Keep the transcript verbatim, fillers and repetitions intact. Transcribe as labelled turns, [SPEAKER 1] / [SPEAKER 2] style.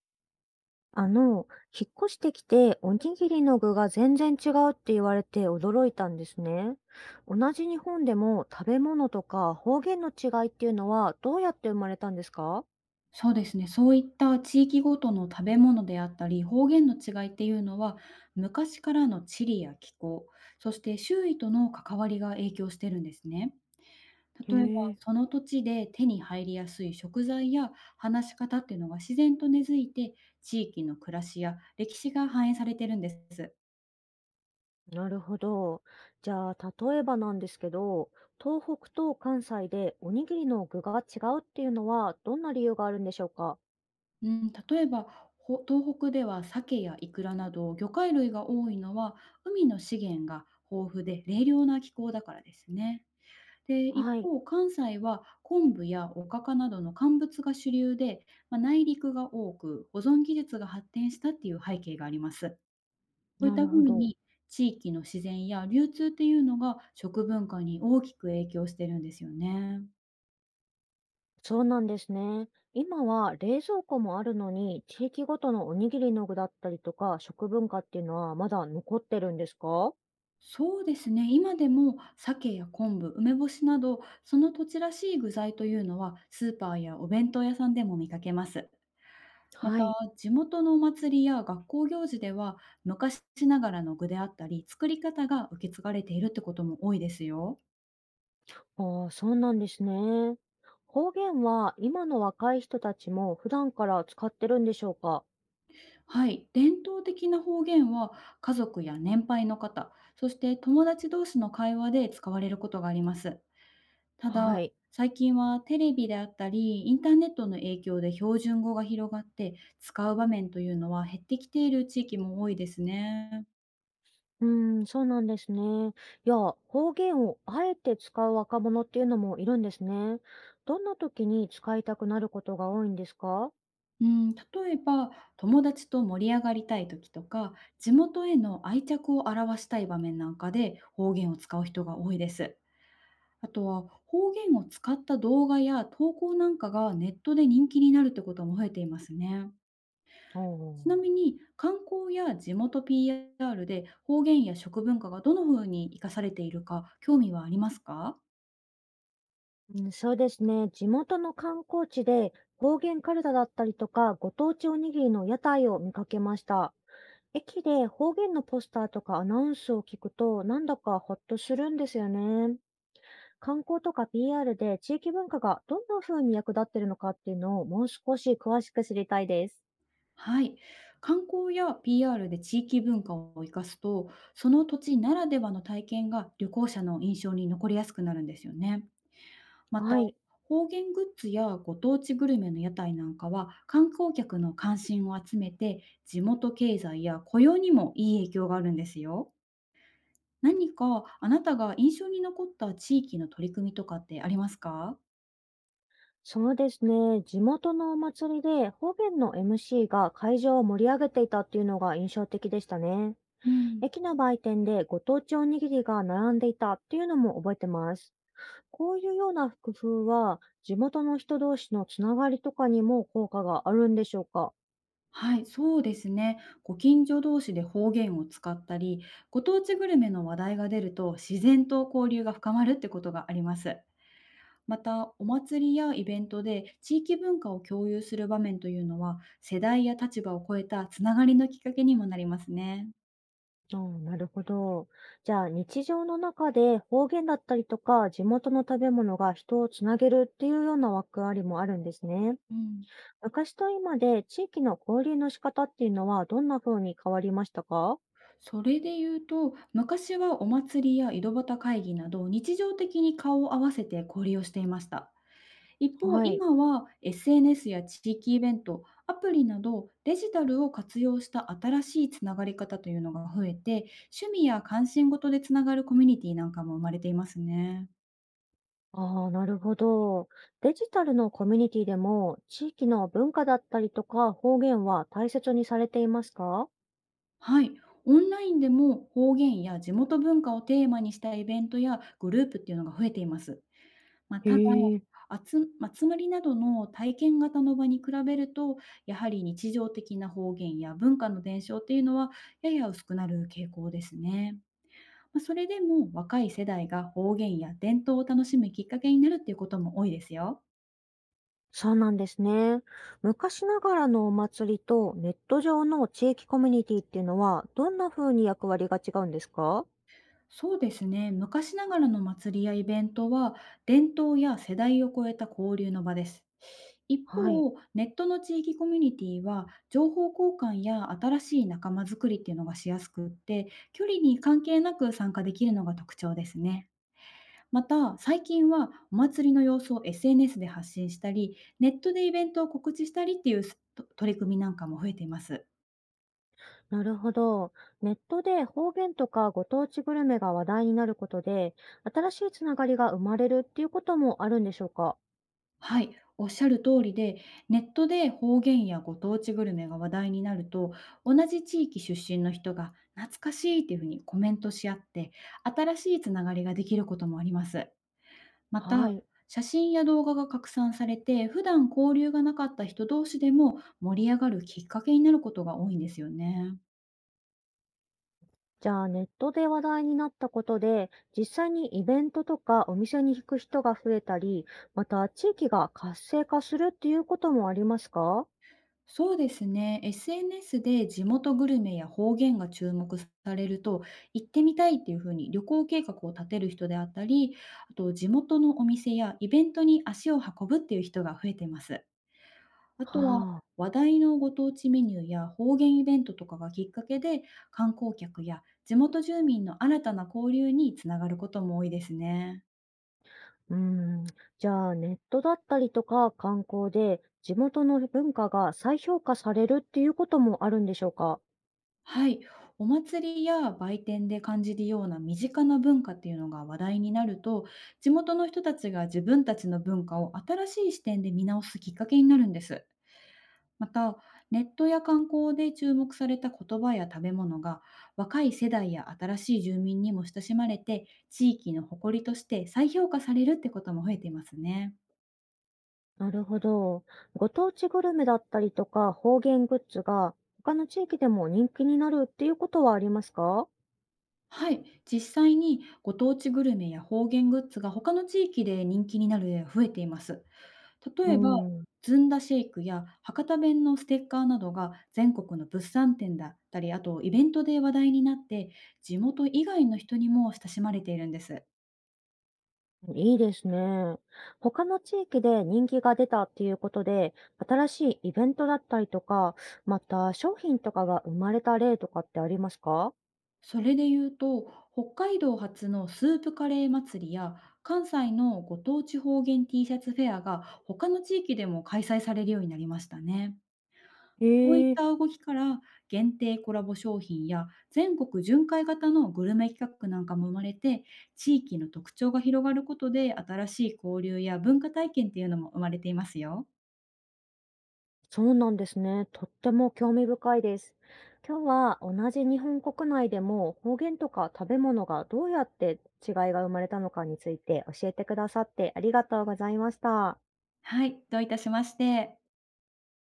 [SPEAKER 1] あの、引っ越してきておにぎりの具が全然違うって言われて驚いたんですね。同じ日本でも食べ物とか方言の違いっていうのはどうやって生まれたんですか？
[SPEAKER 2] そうですね。そういった地域ごとの食べ物であったり、方言の違いっていうのは、昔からの地理や気候、そして周囲との関わりが影響してるんですね。
[SPEAKER 1] へ
[SPEAKER 2] 例えば、
[SPEAKER 1] え、
[SPEAKER 2] その土地で手に入りやすい食材や話し方っていうのが自然と根付いて、地域の暮らしや歴史が反映されてるんです。
[SPEAKER 1] なるほど。じゃあ、例えばなんですけど、東北と関西でおにぎりの具が違うっていうのはどんな理由があるんでしょうか？
[SPEAKER 2] うん、例えば、ほ東北では鮭やイクラなど魚介類が多いのは、海の資源が豊富で冷涼な気候だからですね。で、一
[SPEAKER 1] はい。
[SPEAKER 2] 方、関西は昆布やおかかなどの乾物が主流で、まあ、内陸が多く保存技術が発展したっていう背景があります。こういっ
[SPEAKER 1] なる
[SPEAKER 2] たふ
[SPEAKER 1] ほ
[SPEAKER 2] う
[SPEAKER 1] ど。
[SPEAKER 2] に地域の自然や流通っていうのが食文化に大きく影響してるんですよね。
[SPEAKER 1] そうなんですね。今は冷蔵庫もあるのに、地域ごとのおにぎりの具だったりとか、食文化っていうのはまだ残ってるんですか？
[SPEAKER 2] そうですね。今でも鮭や昆布、梅干しなどその土地らしい具材というのはスーパーやお弁当屋さんでも見かけます。ま
[SPEAKER 1] は
[SPEAKER 2] た、
[SPEAKER 1] い。
[SPEAKER 2] 地元のお祭りや学校行事では、昔ながらの具であったり、作り方が受け継がれているってことも多いですよ。
[SPEAKER 1] ああ、そうなんですね。方言は今の若い人たちも普段から使ってるんでしょうか？
[SPEAKER 2] はい、伝統的な方言は、家族や年配の方、そして友達同士の会話で使われることがあります。た
[SPEAKER 1] は
[SPEAKER 2] だ、
[SPEAKER 1] い。
[SPEAKER 2] 最近はテレビであったり、インターネットの影響で標準語が広がって、使う場面というのは減ってきている地域も多いですね。
[SPEAKER 1] うーん、そうなんですね。いや、方言をあえて使う若者っていうのもいるんですね。どんな時に使いたくなることが多いんですか？
[SPEAKER 2] うん、例えば友達と盛り上がりたい時とか、地元への愛着を表したい場面なんかで方言を使う人が多いです。あとは方言を使った動画や投稿なんかがネットで人気になるってことも増えていますね。
[SPEAKER 1] ああ
[SPEAKER 2] ちな
[SPEAKER 1] ー。
[SPEAKER 2] みに、観光や地元 ピーアール で方言や食文化がどの風に生かされているか興味はありますか？
[SPEAKER 1] うん、そうですね。地元の観光地で方言カルタだったりとか、ご当地おにぎりの屋台を見かけました。駅で方言のポスターとかアナウンスを聞くと、なんだかほっとするんですよね。観光とか ピーアール で地域文化がどんな風に役立ってるのかっていうのをもう少し詳しく知りたいです。
[SPEAKER 2] はい。観光や ピーアール で地域文化を生かすと、その土地ならではの体験が旅行者の印象に残りやすくなるんですよね。また、
[SPEAKER 1] はい。
[SPEAKER 2] 方言グッズやご当地グルメの屋台なんかは観光客の関心を集めて、地元経済や雇用にもいい影響があるんですよ。何かあなたが印象に残った地域の取り組みとかってありますか？
[SPEAKER 1] そうですね。地元のお祭りで方言の エムシー が会場を盛り上げていたっていうのが印象的でしたね。
[SPEAKER 2] うん。
[SPEAKER 1] 駅の売店でご当地おにぎりが並んでいたっていうのも覚えてます。こういうような工夫は、地元の人同士のつながりとかにも効果があるんでしょうか？
[SPEAKER 2] はい、そうですね。ご近所同士で方言を使ったり、ご当地グルメの話題が出ると自然と交流が深まるってことがあります。また、お祭りやイベントで地域文化を共有する場面というのは、世代や立場を超えたつながりのきっかけにもなりますね。
[SPEAKER 1] うん、なるほど。じゃあ、日常の中で方言だったりとか、地元の食べ物が人をつなげるっていうような枠ありもあるんですね。
[SPEAKER 2] うん、
[SPEAKER 1] 昔と今で地域の交流の仕方っていうのはどんな風に変わりましたか？
[SPEAKER 2] それで言うと、昔はお祭りや井戸端会議など日常的に顔を合わせて交流をしていました。一方、
[SPEAKER 1] はい。
[SPEAKER 2] 今は エスエヌエス や地域イベント、アプリなどデジタルを活用した新しいつながり方というのが増えて、趣味や関心事でつながるコミュニティなんかも生まれていますね。
[SPEAKER 1] ああ、なるほど。デジタルのコミュニティでも、地域の文化だったりとか方言は大切にされていますか？
[SPEAKER 2] はい、オンラインでも方言や地元文化をテーマにしたイベントやグループっていうのが増えています。まあ、
[SPEAKER 1] へ
[SPEAKER 2] ただ、
[SPEAKER 1] え、
[SPEAKER 2] あつ集まりなどの体験型の場に比べると、やはり日常的な方言や文化の伝承っていうのはやや薄くなる傾向ですね。ま、それでも若い世代が方言や伝統を楽しむきっかけになるっていうことも多いですよ。
[SPEAKER 1] そうなんですね。昔ながらのお祭りとネット上の地域コミュニティっていうのは、どんな風に役割が違うんですか？
[SPEAKER 2] そうですね。昔ながらの祭りやイベントは、伝統や世代を超えた交流の場です。一
[SPEAKER 1] はい。
[SPEAKER 2] 方、ネットの地域コミュニティは、情報交換や新しい仲間づくりっていうのがしやすくって、距離に関係なく参加できるのが特徴ですね。また、最近はお祭りの様子を エスエヌエス で発信したり、ネットでイベントを告知したりっていうすと取り組みなんかも増えています。
[SPEAKER 1] なるほど。ネットで方言とかご当地グルメが話題になることで、新しいつながりが生まれるっていうこともあるんでしょうか？
[SPEAKER 2] はい、おっしゃる通りで、ネットで方言やご当地グルメが話題になると、同じ地域出身の人が懐かしいっていうふうにコメントし合って、新しいつながりができることもあります。ま
[SPEAKER 1] は
[SPEAKER 2] た、
[SPEAKER 1] い。
[SPEAKER 2] 写真や動画が拡散されて、普段交流がなかった人同士でも盛り上がるきっかけになることが多いんですよね。
[SPEAKER 1] じゃあネットで話題になったことで、実際にイベントとかお店に行く人が増えたり、また地域が活性化するっていうこともありますか？は
[SPEAKER 2] そうですね。エスエヌエス で地元グルメや方言が注目されると、行ってみたいっていうふうに旅行計画を立てる人であったり、あと地元のお店やイベントに足を運ぶっていう人が増えています。あとは、
[SPEAKER 1] あ、
[SPEAKER 2] 話題のご当地メニューや方言イベントとかがきっかけで、観光客や地元住民の新たな交流につながることも多いですね。
[SPEAKER 1] うん。じゃあネットだったりとか観光で地元の文化が再評価されるっていうこともあるんでしょうか？
[SPEAKER 2] はい、お祭りや売店で感じるような身近な文化っていうのが話題になると、地元の人たちが自分たちの文化を新しい視点で見直すきっかけになるんです。また、ネットや観光で注目された言葉や食べ物が若い世代や新しい住民にも親しまれて、地域の誇りとして再評価されるってことも増えていますね。
[SPEAKER 1] なるほど。ご当地グルメだったりとか方言グッズが他の地域でも人気になるっていうことはありますか？
[SPEAKER 2] はい、実際にご当地グルメや方言グッズが他の地域で人気になる例が増えています。
[SPEAKER 1] う
[SPEAKER 2] 例えば、
[SPEAKER 1] ん。
[SPEAKER 2] ずんだシェイクや博多弁のステッカーなどが全国の物産展だったり、あとイベントで話題になって、地元以外の人にも親しまれているんです。
[SPEAKER 1] いいですね。他の地域で人気が出たっていうことで、新しいイベントだったりとか、また商品とかが生まれた例とかってありますか？
[SPEAKER 2] それで言うと、北海道発のスープカレー祭りや関西のご当地方言 T シャツフェアが他の地域でも開催されるようになりましたね。こういっ
[SPEAKER 1] へえ、
[SPEAKER 2] た動きから、限定コラボ商品や全国巡回型のグルメ企画なんかも生まれて、地域の特徴が広がることで、新しい交流や文化体験っていうのも生まれていますよ。
[SPEAKER 1] そうなんですね。とっても興味深いです。今日は同じ日本国内でも方言とか食べ物がどうやって違いが生まれたのかについて教えてくださってありがとうございました。
[SPEAKER 2] はい、どういたしまして。